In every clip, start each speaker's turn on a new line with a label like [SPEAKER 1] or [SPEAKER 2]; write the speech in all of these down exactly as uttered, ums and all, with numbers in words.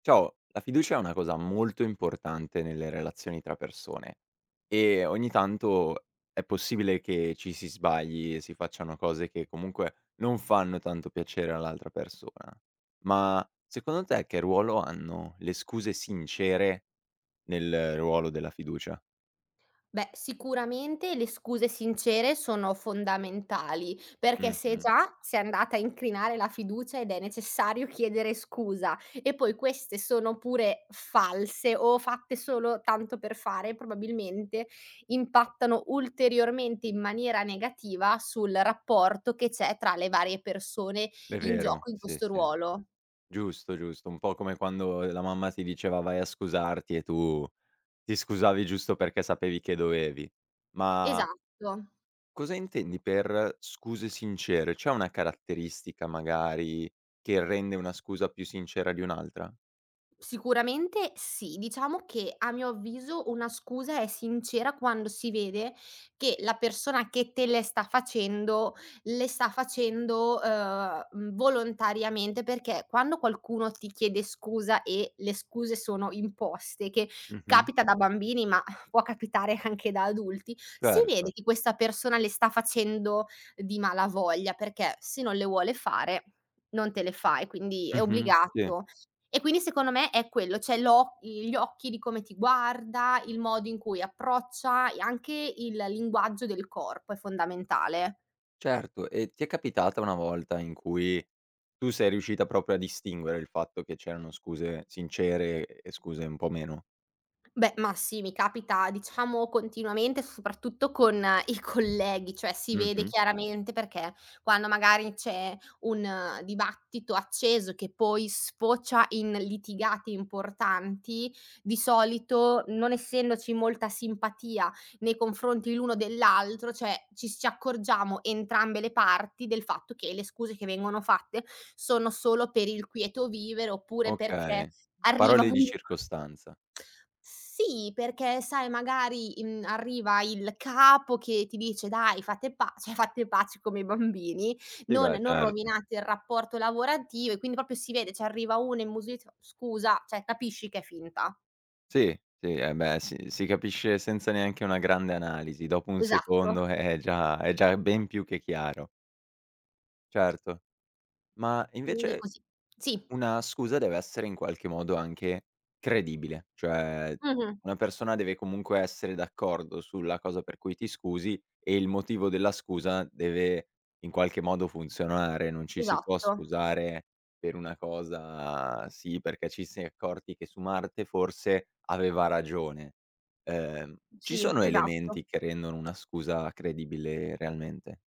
[SPEAKER 1] Ciao, la fiducia è una cosa molto importante nelle relazioni tra persone e ogni tanto è possibile che ci si sbagli e si facciano cose che comunque non fanno tanto piacere all'altra persona. Ma secondo te che ruolo hanno le scuse sincere nel ruolo della fiducia?
[SPEAKER 2] Beh, sicuramente le scuse sincere sono fondamentali, perché se
[SPEAKER 1] Mh-mh.
[SPEAKER 2] già si è andata a incrinare la fiducia ed è necessario chiedere scusa e poi queste sono pure false o fatte solo tanto per fare, probabilmente impattano ulteriormente in maniera negativa sul rapporto che c'è tra le varie persone
[SPEAKER 1] È
[SPEAKER 2] in
[SPEAKER 1] vero,
[SPEAKER 2] gioco in
[SPEAKER 1] sì,
[SPEAKER 2] questo
[SPEAKER 1] sì.
[SPEAKER 2] ruolo.
[SPEAKER 1] Giusto, giusto. Un po' come quando la mamma ti diceva: "Vai a scusarti" e tu ti scusavi giusto perché sapevi che dovevi. Ma
[SPEAKER 2] Esatto.
[SPEAKER 1] Cosa intendi per scuse sincere? C'è una caratteristica magari che rende una scusa più sincera di un'altra?
[SPEAKER 2] Sicuramente sì, diciamo che a mio avviso una scusa è sincera quando si vede che la persona che te le sta facendo, le sta facendo, ehm, mhmm, volontariamente, perché quando qualcuno ti chiede scusa e le scuse sono imposte, che
[SPEAKER 1] Mh-mh,
[SPEAKER 2] capita da bambini ma può capitare anche da adulti, si vede
[SPEAKER 1] certo.
[SPEAKER 2] che questa persona le sta facendo di malavoglia, perché se non le vuole fare non te le fa e quindi è
[SPEAKER 1] Mh-mh, sì.
[SPEAKER 2] obbligato e quindi secondo me è quello, cioè l'oc gli occhi di come ti guarda, il modo in cui approccia e anche il linguaggio del corpo è fondamentale.
[SPEAKER 1] Certo, e ti è capitata una volta in cui tu sei riuscita proprio a distinguere il fatto che c'erano scuse sincere e scuse un po' meno?
[SPEAKER 2] Beh, ma sì, mi capita diciamo continuamente, soprattutto con eh, i colleghi, cioè si vede
[SPEAKER 1] Mh-mh,
[SPEAKER 2] chiaramente perché quando magari c'è un eh, dibattito acceso che poi sfocia in litigati importanti, di solito non essendoci molta simpatia nei confronti l'uno dell'altro, cioè ci ci accorgiamo entrambe le parti del fatto che le scuse che vengono fatte sono solo per il quieto vivere oppure perché
[SPEAKER 1] okay.
[SPEAKER 2] arriva
[SPEAKER 1] Parole di
[SPEAKER 2] un
[SPEAKER 1] circostanza.
[SPEAKER 2] sì, perché sai magari, mhmm, arriva il capo che ti dice: "Dai fate pa cioè fate pace come i bambini,
[SPEAKER 1] Sì,
[SPEAKER 2] non
[SPEAKER 1] beh,
[SPEAKER 2] non
[SPEAKER 1] certo.
[SPEAKER 2] rovinate il rapporto lavorativo", e quindi proprio si vede, cioè arriva uno immusuito "Scusa", cioè capisci che è finta.
[SPEAKER 1] Sì, sì, eh beh, si si capisce senza neanche una grande analisi, dopo un
[SPEAKER 2] Esatto,
[SPEAKER 1] secondo è già è già ben più che chiaro. Certo. Ma
[SPEAKER 2] quindi
[SPEAKER 1] invece
[SPEAKER 2] così. Sì,
[SPEAKER 1] una scusa deve essere in qualche modo anche credibile, cioè
[SPEAKER 2] mh-mh,
[SPEAKER 1] una persona deve comunque essere d'accordo sulla cosa per cui ti scusi e il motivo della scusa deve in qualche modo funzionare, non ci si può
[SPEAKER 2] esatto.
[SPEAKER 1] scusare per una cosa sì, perché ci si è accorti che su Marte forse aveva ragione. Ehm, ci
[SPEAKER 2] Sì,
[SPEAKER 1] sono
[SPEAKER 2] esatto.
[SPEAKER 1] elementi che rendono una scusa credibile realmente.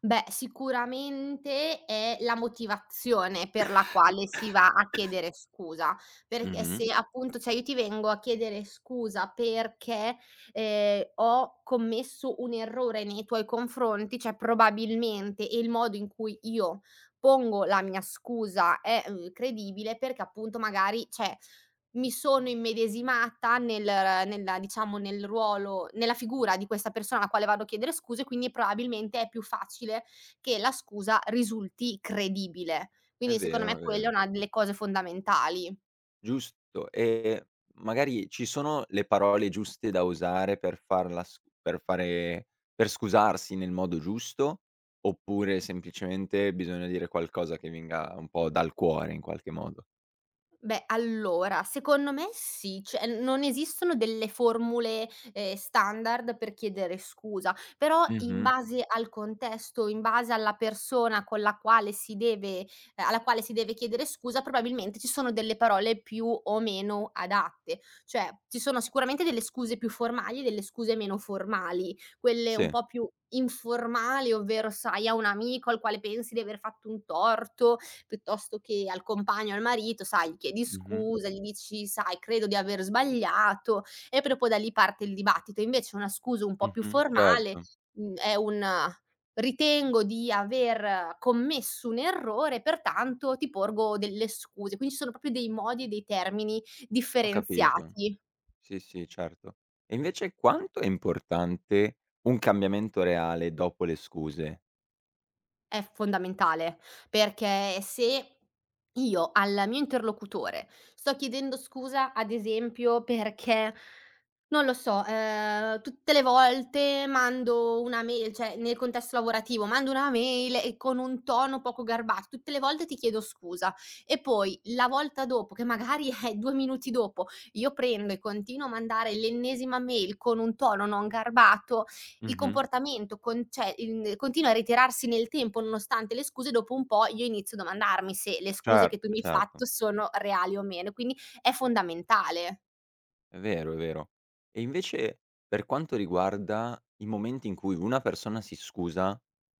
[SPEAKER 2] Beh, sicuramente è la motivazione per la quale si va a chiedere scusa, perché
[SPEAKER 1] Mh-mh.
[SPEAKER 2] se appunto cioè io ti vengo a chiedere scusa perché, ehm, ho commesso un errore nei tuoi confronti, cioè probabilmente il modo in cui io pongo la mia scusa è, uhm, credibile perché appunto magari cioè mi sono immedesimata nel nella diciamo nel ruolo nella figura di questa persona alla quale vado a chiedere scuse, quindi probabilmente è più facile che la scusa risulti credibile.
[SPEAKER 1] È
[SPEAKER 2] Quindi secondo
[SPEAKER 1] vero,
[SPEAKER 2] me
[SPEAKER 1] è
[SPEAKER 2] quella è
[SPEAKER 1] vero.
[SPEAKER 2] una delle cose fondamentali.
[SPEAKER 1] Giusto, ehm, magari ci sono le parole giuste da usare per farla sc per fare per scusarsi nel modo giusto, oppure semplicemente bisogna dire qualcosa che venga un po' dal cuore in qualche modo?
[SPEAKER 2] Beh, allora, secondo me sì, cioè non esistono delle formule, ehm, standard per chiedere scusa, però in
[SPEAKER 1] Mh-mh.
[SPEAKER 2] base al contesto, in base alla persona con la quale si deve ehm, alla quale si deve chiedere scusa, probabilmente ci sono delle parole più o meno adatte. Cioè, ci sono sicuramente delle scuse più formali e delle scuse meno formali, quelle un
[SPEAKER 1] Sì.
[SPEAKER 2] po' più informali, ovvero sai, a un amico al quale pensi di aver fatto un torto piuttosto che al compagno, al marito, sai, gli chiedi
[SPEAKER 1] Mh-mh.
[SPEAKER 2] scusa, gli dici: "Sai, credo di aver sbagliato", e proprio da lì parte il dibattito. Invece una scusa un po' più
[SPEAKER 1] Mh-mh.
[SPEAKER 2] formale,
[SPEAKER 1] Certo,
[SPEAKER 2] mhmm, è un: "Ritengo di aver commesso un errore, pertanto ti porgo delle scuse". Quindi ci sono proprio dei modi e dei termini
[SPEAKER 1] ho capito.
[SPEAKER 2] differenziati.
[SPEAKER 1] Sì, sì, certo. E invece quanto è importante un cambiamento reale dopo le scuse?
[SPEAKER 2] È fondamentale, perché se io al mio interlocutore sto chiedendo scusa, ad esempio, perché non lo so, ehm, tutte le volte mando una mail cioè, nel contesto lavorativo, mando una mail e con un tono poco garbato, tutte le volte ti chiedo scusa e poi la volta dopo, che magari è due minuti dopo, io prendo e continuo a mandare l'ennesima mail con un tono non garbato, il
[SPEAKER 1] Mh-mh.
[SPEAKER 2] comportamento con cioè, in continua a ritirarsi nel tempo nonostante le scuse, dopo un po' io inizio a domandarmi se le scuse che tu
[SPEAKER 1] Certo,
[SPEAKER 2] mi hai fatto
[SPEAKER 1] certo.
[SPEAKER 2] sono reali o meno, quindi è fondamentale.
[SPEAKER 1] È vero, è vero. E invece per quanto riguarda i momenti in cui una persona si scusa,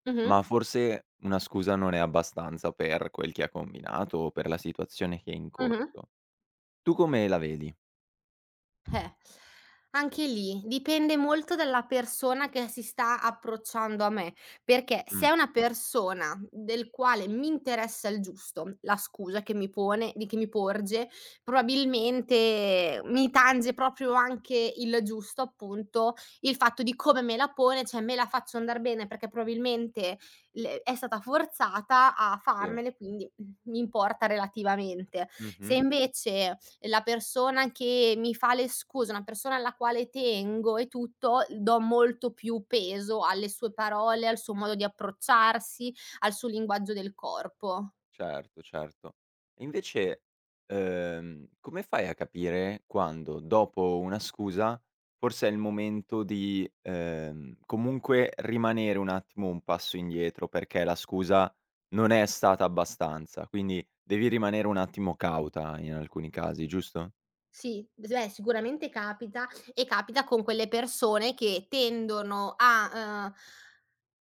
[SPEAKER 2] Mh-mh.
[SPEAKER 1] ma forse una scusa non è abbastanza per quel che ha combinato o per la situazione che è in
[SPEAKER 2] Mh-mh.
[SPEAKER 1] corso, tu come la vedi?
[SPEAKER 2] Eh, anche lì dipende molto dalla persona che si sta approcciando a me, perché se
[SPEAKER 1] Mh,
[SPEAKER 2] è una persona del quale mi interessa il giusto, la scusa che mi pone di che mi porge, probabilmente mi tange proprio anche il giusto, appunto, il fatto di come me la pone, cioè me la faccio andar bene perché probabilmente le è stata forzata a
[SPEAKER 1] sì.
[SPEAKER 2] farmele, quindi, mhmm, mi importa relativamente. Se
[SPEAKER 1] Mh-mh.
[SPEAKER 2] invece la persona che mi fa le scuse, una persona alla quale tengo e tutto, do molto più peso alle sue parole, al suo modo di approcciarsi, al suo linguaggio del corpo.
[SPEAKER 1] Certo, certo. E invece, ehm, come fai a capire quando, dopo una scusa, forse è il momento di, ehm, comunque rimanere un attimo un passo indietro perché la scusa non è stata abbastanza, quindi devi rimanere un attimo cauta in alcuni casi, giusto?
[SPEAKER 2] Sì, s beh, sicuramente capita e capita con quelle persone che tendono a, uhm,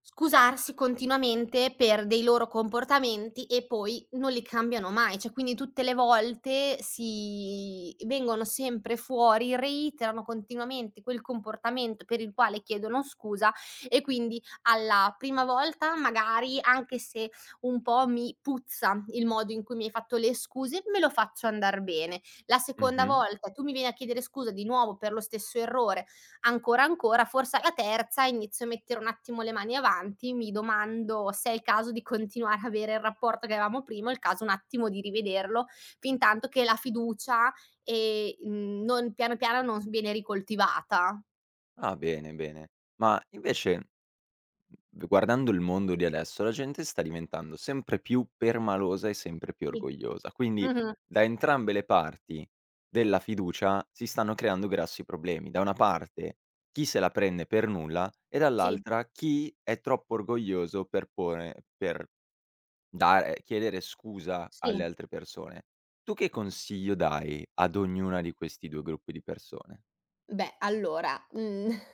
[SPEAKER 2] scusarsi continuamente per dei loro comportamenti e poi non li cambiano mai. Cioè, quindi tutte le volte si vengono sempre fuori, reiterano continuamente quel comportamento per il quale chiedono scusa e quindi alla prima volta magari, anche se un po' mi puzza il modo in cui mi hai fatto le scuse, me lo faccio andar bene. La seconda
[SPEAKER 1] Mh-mh.
[SPEAKER 2] volta tu mi vieni a chiedere scusa di nuovo per lo stesso errore, ancora, ancora, forse alla terza inizio a mettere un attimo le mani avanti, mi domando se è il caso di continuare a avere il rapporto che avevamo prima, o il caso un attimo di rivederlo, fintanto che la fiducia, ehm, non piano piano non s viene ricoltivata.
[SPEAKER 1] Ah, bene, bene. Ma invece V guardando il mondo di adesso, la gente sta diventando sempre più permalosa e sempre più
[SPEAKER 2] Sì.
[SPEAKER 1] orgogliosa. Quindi
[SPEAKER 2] Mh-mh.
[SPEAKER 1] da entrambe le parti della fiducia si stanno creando grossi problemi. Da una parte chi se la prende per nulla e
[SPEAKER 2] Sì,
[SPEAKER 1] dall'altra chi è troppo orgoglioso per porre per dare chiedere scusa alle
[SPEAKER 2] sì.
[SPEAKER 1] altre persone. Tu che consiglio dai ad ognuna di questi due gruppi di persone?
[SPEAKER 2] Beh, allora, mhmm,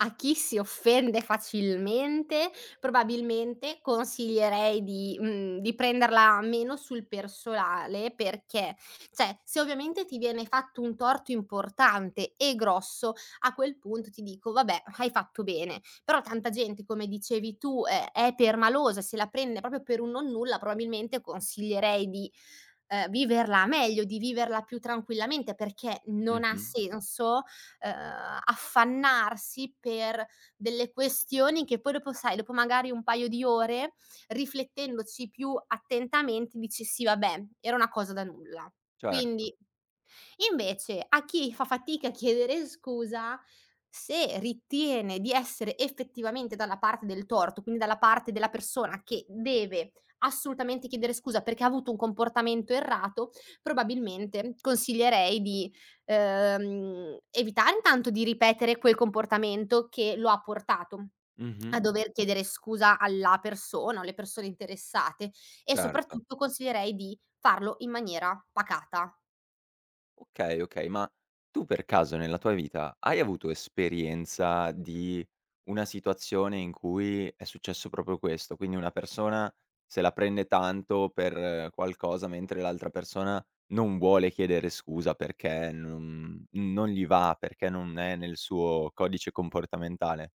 [SPEAKER 2] a chi si offende facilmente, probabilmente consiglierei di mhmm, di prenderla meno sul personale perché, cioè, se ovviamente ti viene fatto un torto importante e grosso, a quel punto ti dico: "Vabbè, hai fatto bene". Però tanta gente, come dicevi tu, è è permalosa, se la prende proprio per un nonnulla, probabilmente consiglierei di, ehm, viverla meglio, di viverla più tranquillamente, perché non ha
[SPEAKER 1] Mh-mh.
[SPEAKER 2] senso ehm, affannarsi per delle questioni che poi dopo sai, dopo magari un paio di ore, riflettendoci più attentamente, dici: "Sì vabbè, era una cosa da nulla".
[SPEAKER 1] Certo.
[SPEAKER 2] Quindi Invece a chi fa fatica a chiedere scusa, se ritiene di essere effettivamente dalla parte del torto, quindi dalla parte della persona che deve assolutamente chiedere scusa perché ha avuto un comportamento errato, probabilmente consiglierei di, ehm, evitare intanto di ripetere quel comportamento che lo ha portato a
[SPEAKER 1] Mh-mh.
[SPEAKER 2] dover chiedere scusa alla persona o alle persone interessate e
[SPEAKER 1] Certo.
[SPEAKER 2] soprattutto consiglierei di farlo in maniera pacata.
[SPEAKER 1] Okay, okay, ma tu per caso nella tua vita hai avuto esperienza di una situazione in cui è successo proprio questo? Quindi una persona se la prende tanto per qualcosa, mentre l'altra persona non vuole chiedere scusa perché non non gli va, perché non è nel suo codice comportamentale.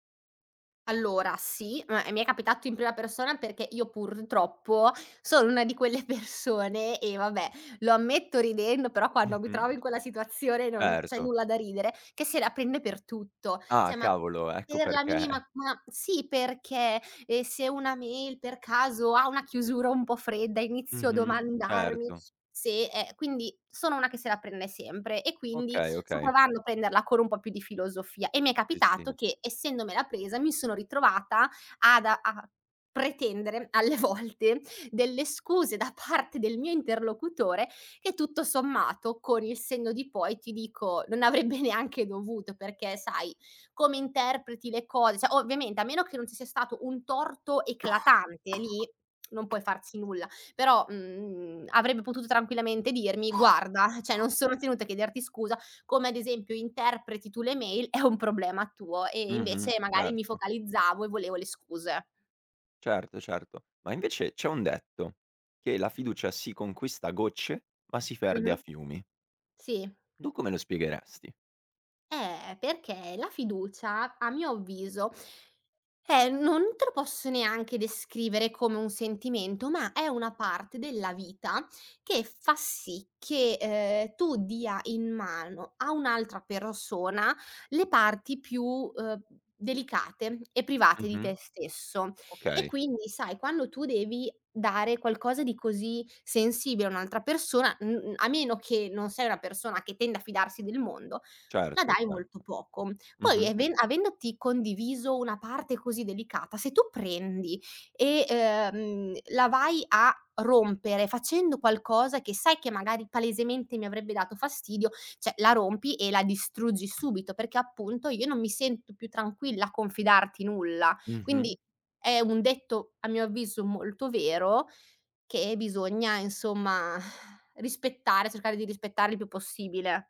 [SPEAKER 2] Allora sì, ma e mi è capitato in prima persona perché io purtroppo sono una di quelle persone e vabbè, lo ammetto ridendo, però quando mi
[SPEAKER 1] Mh-mh,
[SPEAKER 2] trovo in quella situazione non c'è
[SPEAKER 1] certo.
[SPEAKER 2] nulla da ridere, che se la prende per tutto.
[SPEAKER 1] Ah,
[SPEAKER 2] Cioè, ma
[SPEAKER 1] cavolo, ecco
[SPEAKER 2] per la minima
[SPEAKER 1] perché.
[SPEAKER 2] ma sì, perché, ehm, se una mail per caso ha una chiusura un po' fredda, inizio a
[SPEAKER 1] Mh-mh,
[SPEAKER 2] domandarmi
[SPEAKER 1] certo.
[SPEAKER 2] se è quindi sono una che se la prende sempre e quindi
[SPEAKER 1] Okay,
[SPEAKER 2] sto
[SPEAKER 1] okay.
[SPEAKER 2] provando a prenderla con un po' più di filosofia e mi è
[SPEAKER 1] Sì,
[SPEAKER 2] capitato
[SPEAKER 1] sì.
[SPEAKER 2] che essendomela presa mi sono ritrovata ad a a pretendere alle volte delle scuse da parte del mio interlocutore che tutto sommato, con il senno di poi, ti dico, non avrebbe neanche dovuto, perché sai come interpreti le cose, cioè ovviamente a meno che non ci sia stato un torto eclatante, lì non puoi farci nulla, però, mhmm, avrebbe potuto tranquillamente dirmi: "Guarda, cioè non sono tenuta a chiederti scusa come ad esempio interpreti tu le mail è un problema tuo e
[SPEAKER 1] Mh-mh,
[SPEAKER 2] invece magari mi
[SPEAKER 1] certo.
[SPEAKER 2] focalizzavo e volevo le scuse".
[SPEAKER 1] Certo, certo. Ma invece c'è un detto, che la fiducia si conquista a gocce, ma si perde a
[SPEAKER 2] Mh-mh.
[SPEAKER 1] fiumi.
[SPEAKER 2] Sì.
[SPEAKER 1] Tu come lo spiegheresti?
[SPEAKER 2] Eh, perché la fiducia, a mio avviso, eh, non te lo posso neanche descrivere come un sentimento, ma è una parte della vita che fa sì che, ehm, tu dia in mano a un'altra persona le parti più, ehm, delicate e private di te
[SPEAKER 1] Mh-mh.
[SPEAKER 2] stesso. E
[SPEAKER 1] Okay,
[SPEAKER 2] quindi, sai, quando tu devi dare qualcosa di così sensibile a un'altra persona, n n a meno che non sei una persona che tende a fidarsi del mondo la
[SPEAKER 1] certo,
[SPEAKER 2] dai
[SPEAKER 1] certo.
[SPEAKER 2] molto poco. Poi
[SPEAKER 1] Mh-mh,
[SPEAKER 2] even avendoti condiviso una parte così delicata, se tu prendi e, ehm, la vai a rompere facendo qualcosa che sai che magari palesemente mi avrebbe dato fastidio, cioè la rompi e la distruggi subito, perché appunto io non mi sento più tranquilla a confidarti nulla.
[SPEAKER 1] mh-mh.
[SPEAKER 2] Quindi è un detto, a mio avviso, molto vero che bisogna insomma rispettare, cercare di rispettare il più possibile.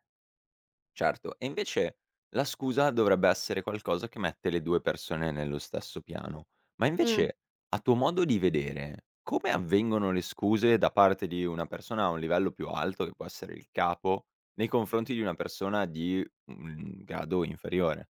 [SPEAKER 1] Certo, e invece la scusa dovrebbe essere qualcosa che mette le due persone nello stesso piano. Ma
[SPEAKER 2] Mh.
[SPEAKER 1] invece, a tuo modo di vedere, come avvengono le scuse da parte di una persona a un livello più alto, che può essere il capo, nei confronti di una persona di un grado inferiore?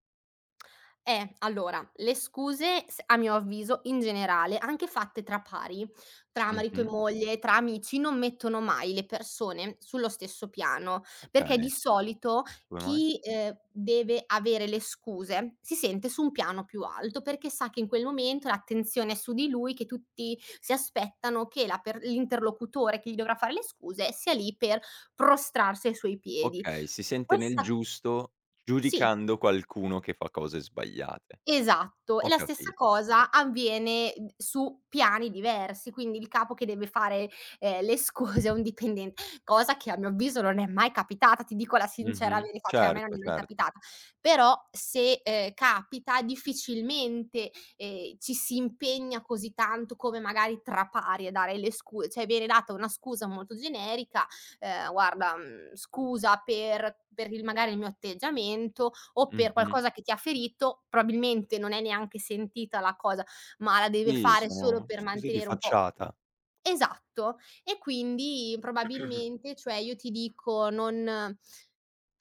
[SPEAKER 2] Eh, allora, le scuse s a mio avviso, in generale, anche fatte tra pari, tra marito e
[SPEAKER 1] Mh-mh.
[SPEAKER 2] moglie, tra amici, non mettono mai le persone sullo stesso piano, perché di
[SPEAKER 1] Okay,
[SPEAKER 2] solito
[SPEAKER 1] come mai?
[SPEAKER 2] chi, ehm, deve avere le scuse si sente su un piano più alto, perché sa che in quel momento l'attenzione è su di lui, che tutti si aspettano che la per l'interlocutore che gli dovrà fare le scuse sia lì per prostrarsi ai suoi piedi.
[SPEAKER 1] Okay, si sente nel
[SPEAKER 2] Questa
[SPEAKER 1] giusto
[SPEAKER 2] sì.
[SPEAKER 1] giudicando qualcuno che fa cose sbagliate.
[SPEAKER 2] Esatto, e
[SPEAKER 1] Ho
[SPEAKER 2] la stessa
[SPEAKER 1] capito.
[SPEAKER 2] cosa avviene, mhmm, su piani diversi, quindi il capo che deve fare, ehm, le scuse a un dipendente, cosa che a mio avviso non è mai capitata, ti dico la sincera
[SPEAKER 1] Mh-mh.
[SPEAKER 2] verità, cioè a me non
[SPEAKER 1] Certo,
[SPEAKER 2] è mai
[SPEAKER 1] certo.
[SPEAKER 2] capitata. Però se, ehm, capita difficilmente, ehm, ci si impegna così tanto come magari tra pari a dare le scu cioè viene data una scusa molto generica, ehm: "Guarda, mhmm, scusa per per il magari il mio atteggiamento" o per
[SPEAKER 1] Mh-mh.
[SPEAKER 2] qualcosa che ti ha ferito, probabilmente non è neanche sentita la cosa, ma la deve
[SPEAKER 1] Sì,
[SPEAKER 2] fare solo
[SPEAKER 1] sono
[SPEAKER 2] per
[SPEAKER 1] scuse di
[SPEAKER 2] mantenere un po'.
[SPEAKER 1] facciata.
[SPEAKER 2] Esatto. E quindi probabilmente, cioè io ti dico non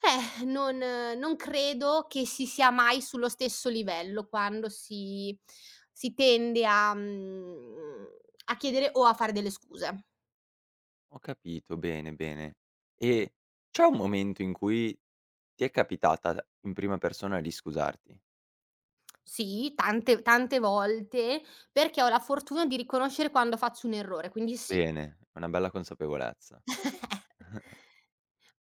[SPEAKER 2] eh, non non credo che si sia mai sullo stesso livello quando si si tende a mhmm, a chiedere o a fare delle scuse.
[SPEAKER 1] Ho capito, bene, bene. E c'è un momento in cui ti è capitata in prima persona di scusarti?
[SPEAKER 2] Sì, tante tante volte, perché ho la fortuna di riconoscere quando faccio un errore, quindi sì.
[SPEAKER 1] Bene, è una bella consapevolezza.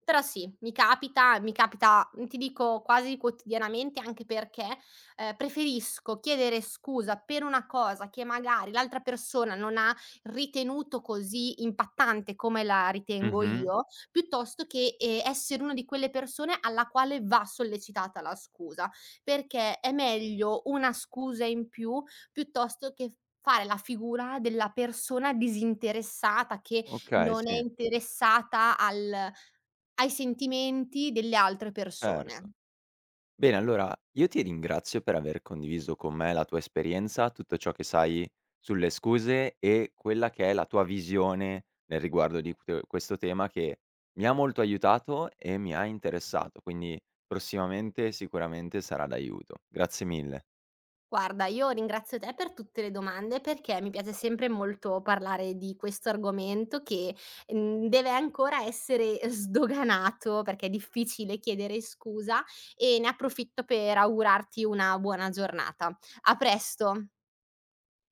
[SPEAKER 2] Però sì, mi capita mi capita, mhmm, ti dico quasi quotidianamente, anche perché, ehm, preferisco chiedere scusa per una cosa che magari l'altra persona non ha ritenuto così impattante come la ritengo
[SPEAKER 1] Mh-mh.
[SPEAKER 2] io, piuttosto che, ehm, essere una di quelle persone alla quale va sollecitata la scusa, perché è meglio una scusa in più piuttosto che fare la figura della persona disinteressata che
[SPEAKER 1] Okay,
[SPEAKER 2] non è
[SPEAKER 1] sì,
[SPEAKER 2] interessata al ai sentimenti delle altre persone.
[SPEAKER 1] certo. Bene, allora io ti ringrazio per aver condiviso con me la tua esperienza, tutto ciò che sai sulle scuse e quella che è la tua visione nel riguardo di que- questo tema che mi ha molto aiutato e mi ha interessato, quindi prossimamente sicuramente sarà d'aiuto. Grazie mille.
[SPEAKER 2] Guarda, io ringrazio te per tutte le domande perché mi piace sempre molto parlare di questo argomento che, mhmm, deve ancora essere eh, sdoganato perché è difficile chiedere scusa e ne approfitto per augurarti una buona giornata. A presto.